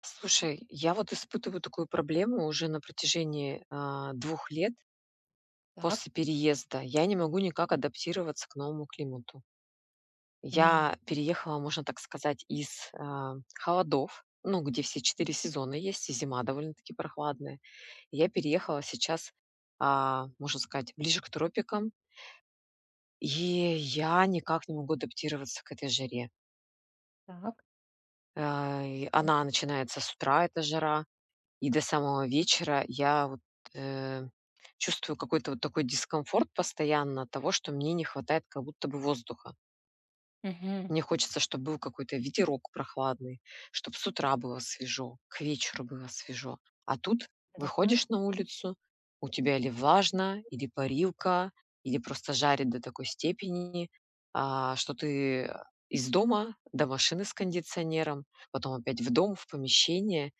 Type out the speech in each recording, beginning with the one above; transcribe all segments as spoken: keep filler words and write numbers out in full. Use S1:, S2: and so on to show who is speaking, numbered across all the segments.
S1: Слушай, я вот испытываю такую проблему уже на протяжении, а, двух лет
S2: Так.
S1: после переезда. Я не могу никак адаптироваться к новому климату.
S2: М.
S1: Я переехала, можно так сказать, из, а, холодов, ну, где все четыре сезона есть, и зима довольно-таки прохладная. Я переехала сейчас, а, можно сказать, ближе к тропикам, и я никак не могу адаптироваться к этой жаре.
S2: Так.
S1: А, и она начинается с утра, эта жара. И до самого вечера я вот, э, чувствую какой-то вот такой дискомфорт постоянно от того, что мне не хватает как будто бы воздуха.
S2: Мгм.
S1: Мне хочется, чтобы был какой-то ветерок прохладный, чтобы с утра было свежо, к вечеру было свежо. А тут
S2: Да.
S1: выходишь на улицу, у тебя или влажно, или парилка, или просто жарит до такой степени, а, что ты из дома до машины с кондиционером, потом опять в дом, в помещение.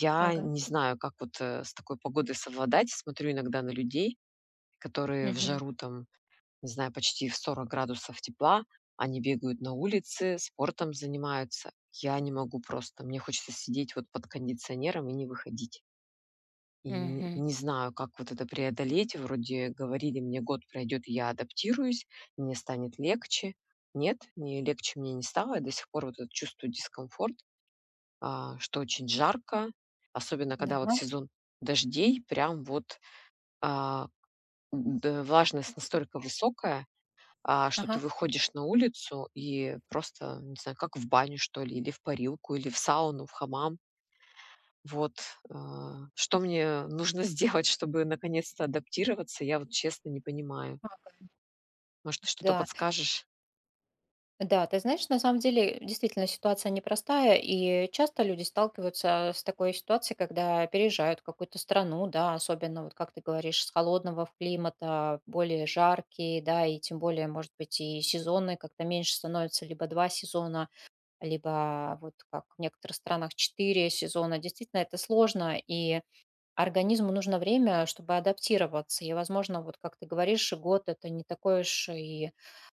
S1: Я
S2: Ага.
S1: не знаю, как вот, э, с такой погодой совладать. Смотрю иногда на людей, которые в
S2: Мгм.
S1: жару там, не знаю, почти в сорок градусов тепла, они бегают на улице, спортом занимаются. Я не могу просто. Мне хочется сидеть вот под кондиционером и не выходить. И не
S2: Мгм.
S1: не знаю, как вот это преодолеть. Вроде говорили мне: "Год пройдет, и я адаптируюсь, мне станет легче". Нет, не легче мне не стало. Я до сих пор вот это чувствую дискомфорт а, что очень жарко, особенно
S2: Да.
S1: когда вот сезон дождей, прям вот, а, д влажность настолько высокая, а, что ты
S2: Ага.
S1: выходишь на улицу и просто, не знаю, как в баню, что ли, или в парилку, или в сауну, в хамам. Вот, а, что мне нужно сделать, чтобы наконец-то адаптироваться, я вот честно не понимаю.
S2: Ага.
S1: Может, ты что-то
S2: Да.
S1: подскажешь?
S2: Да, ты знаешь, на самом деле, действительно, ситуация непростая, и часто люди сталкиваются с такой ситуацией, когда переезжают в какую-то страну, да, особенно, вот как ты говоришь, с холодного в климата, более жаркий, да, и тем более, может быть, и сезоны как-то меньше становятся, либо два сезона, либо вот как в некоторых странах четыре сезона. Действительно, это сложно, и организму нужно время, чтобы адаптироваться. И, возможно, вот как ты говоришь, год это не такой уж и,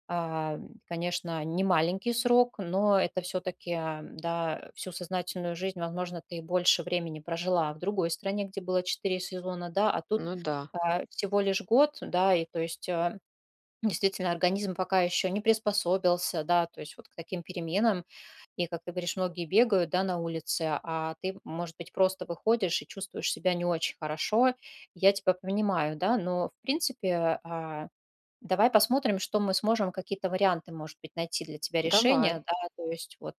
S2: а, конечно, не маленький срок, но это все-таки, да, всю сознательную жизнь, возможно, ты и больше времени прожила в другой стране, где было четыре сезона, да, а тут
S1: Ну да,
S2: а, всего лишь год, да, и то есть а, действительно организм пока еще не приспособился, да, то есть вот к таким переменам, и, как ты говоришь, многие бегают, да, на улице, а ты, может быть, просто выходишь и чувствуешь себя не очень хорошо. Я тебя понимаю, да, но, в принципе, а, давай посмотрим, что мы сможем, какие-то варианты, может быть, найти для тебя
S1: давай.
S2: решения, да, то есть вот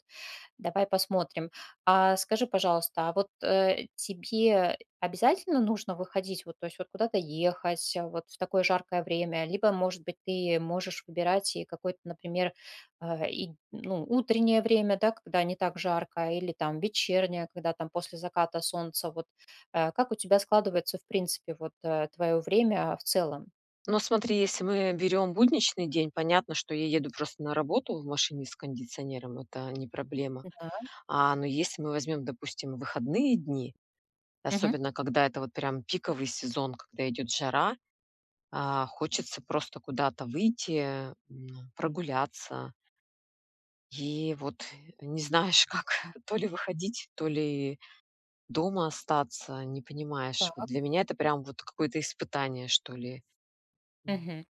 S2: давай посмотрим. А скажи, пожалуйста, а вот, э, тебе обязательно нужно выходить, вот, то есть вот куда-то ехать, а, вот в такое жаркое время? Либо, может быть, ты можешь выбирать и какое-то, например, а, и, ну, утреннее время, да, когда не так жарко, или там вечернее, когда там после заката солнца. Вот, э, как у тебя складывается, в принципе, вот, э, твое время в целом?
S1: Но смотри, если мы берем будничный день, понятно, что я еду просто на работу в машине с кондиционером, это не проблема.
S2: Да.
S1: А, но если мы возьмем, допустим, выходные дни,
S2: Мгм.
S1: особенно когда это вот прям пиковый сезон, когда идет жара, а, хочется просто куда-то выйти, м, прогуляться. И вот не знаешь, как то ли выходить, то ли дома остаться, не понимаешь. Вот
S2: Так.
S1: для меня это прям вот какое-то испытание, что ли.
S2: Мгм.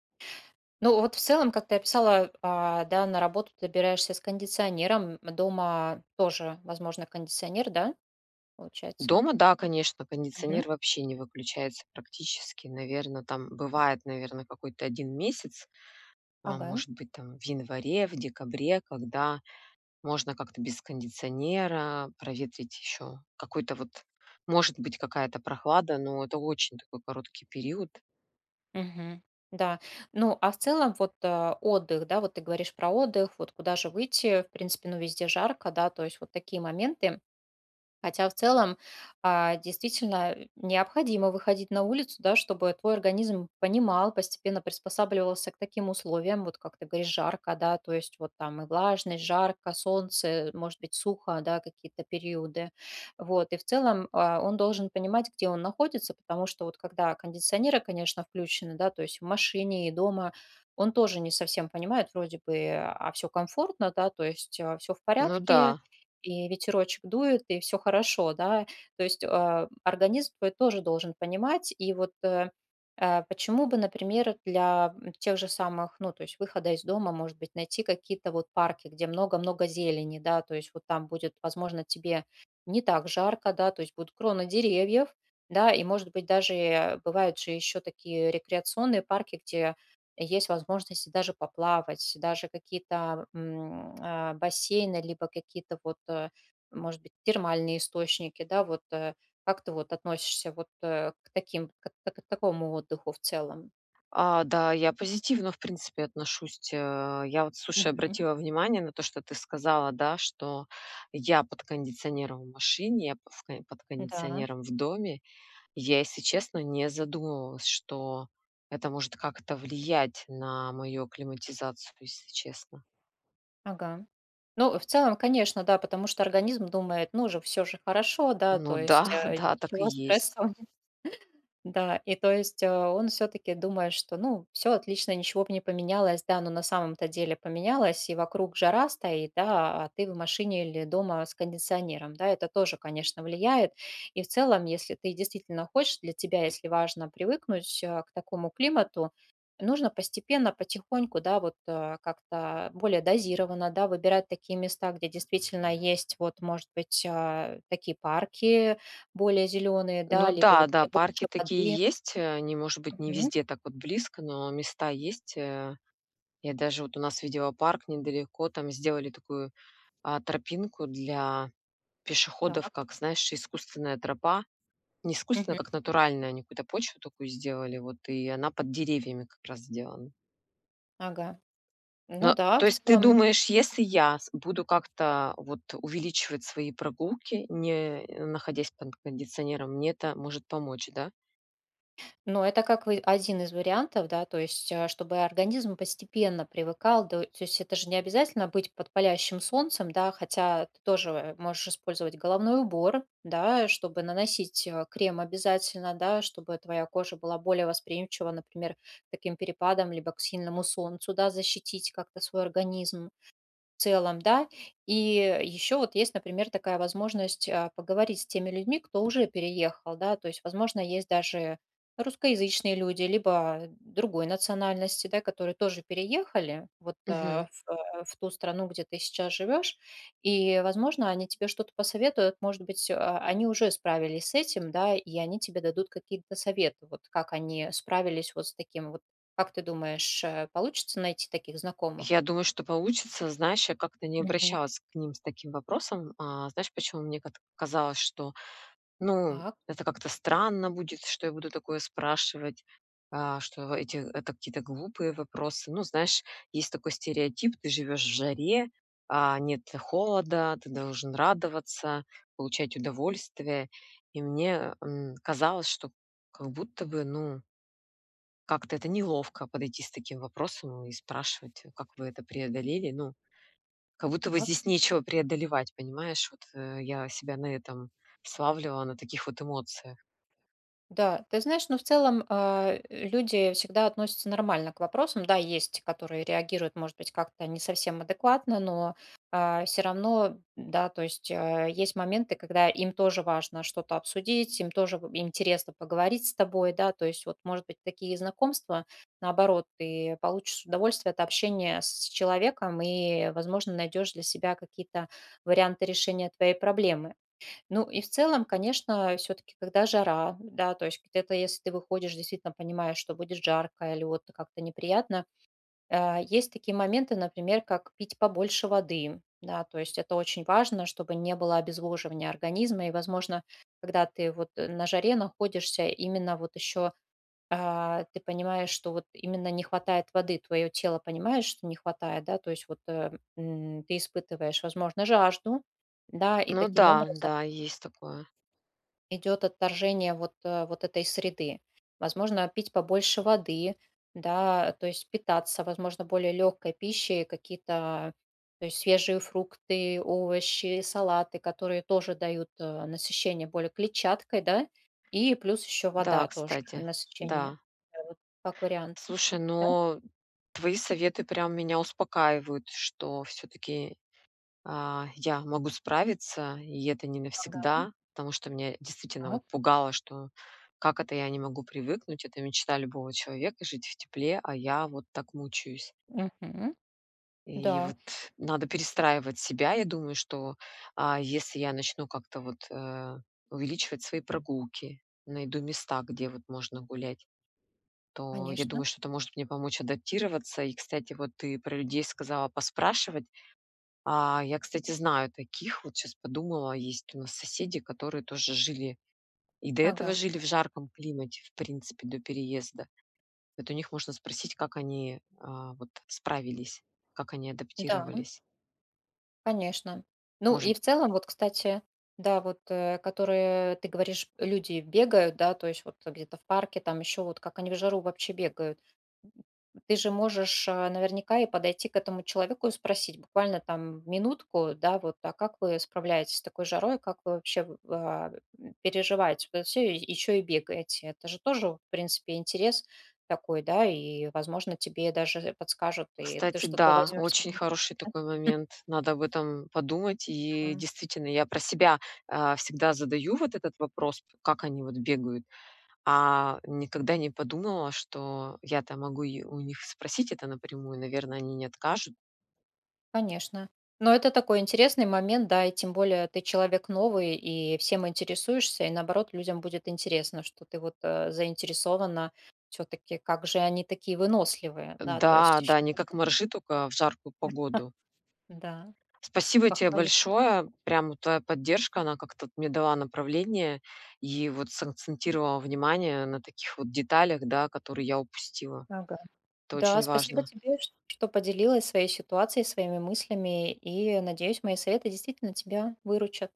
S2: Ну, вот в целом, как ты описала, а, да, на работу добираешься с кондиционером, дома тоже, возможно, кондиционер, да, получается?
S1: Дома, да, конечно,
S2: Мгм.
S1: кондиционер вообще не выключается практически. Наверное, там бывает, наверное, какой-то один месяц, а,
S2: Ага.
S1: может быть, там в январе, в декабре, когда можно как-то без кондиционера проветрить еще какой-то вот, может быть, какая-то прохлада, но это очень такой короткий период.
S2: Мгм. Да. Ну, а в целом вот, а, отдых, да, вот ты говоришь про отдых, вот куда же выйти, в принципе, ну, везде жарко, да, то есть вот такие моменты. Хотя в целом, а, действительно, э, необходимо выходить на улицу, да, чтобы твой организм понимал, постепенно приспосабливался к таким условиям, вот как ты говоришь, жарко, да, то есть вот там и влажность, жарко, солнце, может быть, сухо, да, какие-то периоды. Вот, и в целом а, он должен понимать, где он находится, потому что вот когда кондиционеры, конечно, включены, да, то есть в машине и дома, он тоже не совсем понимает, вроде бы, а все комфортно, да, то есть все в
S1: Ну да.
S2: порядке, и ветерочек дует, и все хорошо, да. То есть, а, организм твой тоже должен понимать. И вот, э, а, почему бы, например, для, тех же самых, ну, то есть выхода из дома, может быть, найти какие-то вот парки, где много-много зелени, да, то есть вот там будет, возможно, тебе не так жарко, да, то есть будут кроны деревьев, да, и, может быть, даже э, бывают же еще такие рекреационные парки, где есть возможности даже поплавать, даже какие-то м, а, бассейны, либо какие-то вот, э, может быть, термальные источники, да, вот э, как ты вот относишься вот э, к таким, к, к- к такому отдыху в целом?
S1: А, да, я позитивно, в принципе, отношусь. Э, я вот, слушай,
S2: Мгм.
S1: обратила внимание на то, что ты сказала, да, что я под кондиционером в машине, я в кон под
S2: Да,
S1: кондиционером в доме. Я, если честно, не задумывалась, что это может как-то влиять на мою климатизацию, если честно.
S2: ага. Ну, в целом, конечно, да, потому что организм думает, ну же, все же хорошо, да,
S1: Ну
S2: то
S1: да,
S2: есть э,
S1: да, так и
S2: ничего
S1: есть.
S2: стресса. Да, и то есть э, он все-таки думает, что ну все отлично, ничего бы не поменялось, да, но на самом-то деле поменялось, и вокруг жара стоит, да, а ты в машине или дома с кондиционером, да, это тоже, конечно, влияет. И в целом, если ты действительно хочешь, для тебя, если важно привыкнуть э, к такому климату, нужно постепенно, потихоньку, да, вот э, как-то более дозированно, да, выбирать такие места, где действительно есть, вот, может быть, а, такие парки, более зеленые,
S1: Ну
S2: да, либо
S1: да,
S2: вот
S1: да,
S2: где
S1: парки
S2: больше
S1: такие
S2: воды.
S1: есть, э, они, может быть, не
S2: Мгм.
S1: везде так вот близко, но места есть. Э, я даже вот у нас видела парк недалеко, там сделали такую а, тропинку для пешеходов,
S2: Так.
S1: как, знаешь, искусственная тропа. Не искусственная,
S2: Мгм.
S1: как натуральная, они какую-то почву такую сделали, вот, и она под деревьями как раз сделана.
S2: Ага. Ну
S1: Но,
S2: да,
S1: то
S2: в
S1: есть ты
S2: целом,
S1: думаешь, если я с- буду как-то вот увеличивать свои прогулки, не э, находясь под кондиционером, мне это может помочь, да?
S2: ну, это как вы один из вариантов, да, то есть, а, чтобы организм постепенно привыкал, да, то есть это же не обязательно быть под палящим солнцем, да, хотя ты тоже можешь использовать головной убор, да, чтобы наносить, э, крем обязательно, да, чтобы твоя кожа была более восприимчива, например, к таким перепадам, либо к сильному солнцу, да, защитить как-то свой организм. В целом, да. И еще вот есть, например, такая возможность а, поговорить с теми людьми, кто уже переехал, да, то есть, возможно, есть даже русскоязычные люди, либо другой национальности, да, которые тоже переехали вот
S1: Мгм.
S2: а, в, а, в ту страну, где ты сейчас живешь, и, возможно, они тебе что-то посоветуют, может быть, а, они уже справились с этим, да, и они тебе дадут какие-то советы, вот как они справились вот с таким вот, как ты думаешь, э, получится найти таких знакомых?
S1: Я думаю, что получится. Знаешь, я как-то не
S2: Мгм.
S1: обращалась к ним с таким вопросом. А, знаешь, почему мне как-то казалось, что ну,
S2: Так.
S1: это как-то странно будет, что я буду такое спрашивать, а, что эти это какие-то глупые вопросы. Ну, знаешь, есть такой стереотип: ты живешь в жаре, а, нет холода, ты должен радоваться, получать удовольствие. И мне, м, казалось, что как будто бы, ну, как-то это неловко подойти с таким вопросом и спрашивать, как вы это преодолели. Ну, как будто бы
S2: Так,
S1: здесь нечего преодолевать, понимаешь? Вот, э, я себя на этом славливала, на таких вот эмоциях.
S2: да, ты знаешь, ну, в целом, а, люди всегда относятся нормально к вопросам. Да, есть, которые реагируют, может быть, как-то не совсем адекватно, но все равно, да, то есть э, есть моменты, когда им тоже важно что-то обсудить, им тоже в- интересно поговорить с тобой, да, то есть вот, может быть, такие знакомства, наоборот, ты получишь удовольствие от общения с человеком и, возможно, найдешь для себя какие-то варианты решения твоей проблемы. Ну и в целом, конечно, все таки когда жара, да, то есть где-то, если ты выходишь, действительно понимаешь, что будет жарко или вот как-то неприятно, э, есть такие моменты, например, как пить побольше воды, да, то есть это очень важно, чтобы не было обезвоживания организма. И, возможно, когда ты вот э, на жаре находишься, именно вот еще, а, ты понимаешь, что вот именно не хватает воды, твое тело понимает, что не хватает, да, то есть вот, э, м, ты испытываешь, возможно, жажду, да, и
S1: Ну
S2: таким
S1: да,
S2: образом
S1: да, есть такое.
S2: идет отторжение вот, э, вот этой среды. Возможно, пить побольше воды, да, то есть питаться, возможно, более легкой пищей, какие-то то есть свежие фрукты, овощи, салаты, которые тоже дают э, насыщение более клетчаткой, да, и плюс еще
S1: Да,
S2: вода тоже
S1: кстати,
S2: насыщение.
S1: да.
S2: Да, вот как вариант.
S1: Слушай,
S2: Да?
S1: но твои советы прям меня успокаивают, что все-таки я могу справиться, и это не навсегда, потому что меня действительно
S2: Ага.
S1: вот пугало, что как это я не могу привыкнуть, это мечта любого человека жить в тепле, а я вот так мучаюсь.
S2: Мгм. Да,
S1: И вот надо перестраивать себя. Я думаю, что, а, если я начну как-то вот, э, увеличивать свои прогулки, найду места, где вот можно гулять, то я
S2: конечно.
S1: думаю, что это может мне помочь адаптироваться. И, кстати, вот ты про людей сказала поспрашивать. А, я, кстати, знаю таких, вот сейчас подумала, есть у нас соседи, которые тоже жили и до этого
S2: Ага.
S1: жили в жарком климате, в принципе, до переезда. Вот у них можно спросить, как они, а, вот справились, как они
S2: Да.
S1: адаптировались.
S2: Конечно. Ну
S1: Может
S2: и в целом, вот, кстати, да, вот, э, которые, ты говоришь, люди бегают, да, то есть вот где-то в парке, там еще вот как они в жару вообще бегают. Ты же можешь, а, наверняка и подойти к этому человеку и спросить буквально там минутку, да, вот, а как вы справляетесь с такой жарой, как вы вообще в а, м, переживаете вот это все, еще и бегаете. Это же тоже, в принципе, интерес такой, да, и, возможно, тебе даже подскажут, и ты
S1: Кстати,
S2: что-то
S1: да,
S2: возьмешь
S1: очень
S2: себе.
S1: хороший такой момент. Надо об этом подумать. И действительно, я про себя, а, всегда задаю вот этот вопрос, как они вот бегают, а никогда не подумала, что я-то могу и у них спросить это напрямую. Наверное, они не откажут.
S2: Конечно. Но это такой интересный момент, да, и тем более ты человек новый, и всем интересуешься, и наоборот, людям будет интересно, что ты вот э, заинтересована все-таки, как же они такие выносливые, да,
S1: Да,
S2: то есть
S1: да,
S2: еще
S1: не как
S2: можно,
S1: моржи, только в жаркую погоду.
S2: да,
S1: Спасибо тебе
S2: похвалить.
S1: большое. Прям вот твоя поддержка, она как-то вот мне дала направление и вот сакцентировала внимание на таких вот деталях, да, которые я упустила.
S2: Ага.
S1: Это
S2: Да,
S1: очень
S2: спасибо
S1: важно.
S2: тебе, ш- что поделилась своей ситуацией, своими мыслями, и надеюсь, мои советы действительно тебя выручат.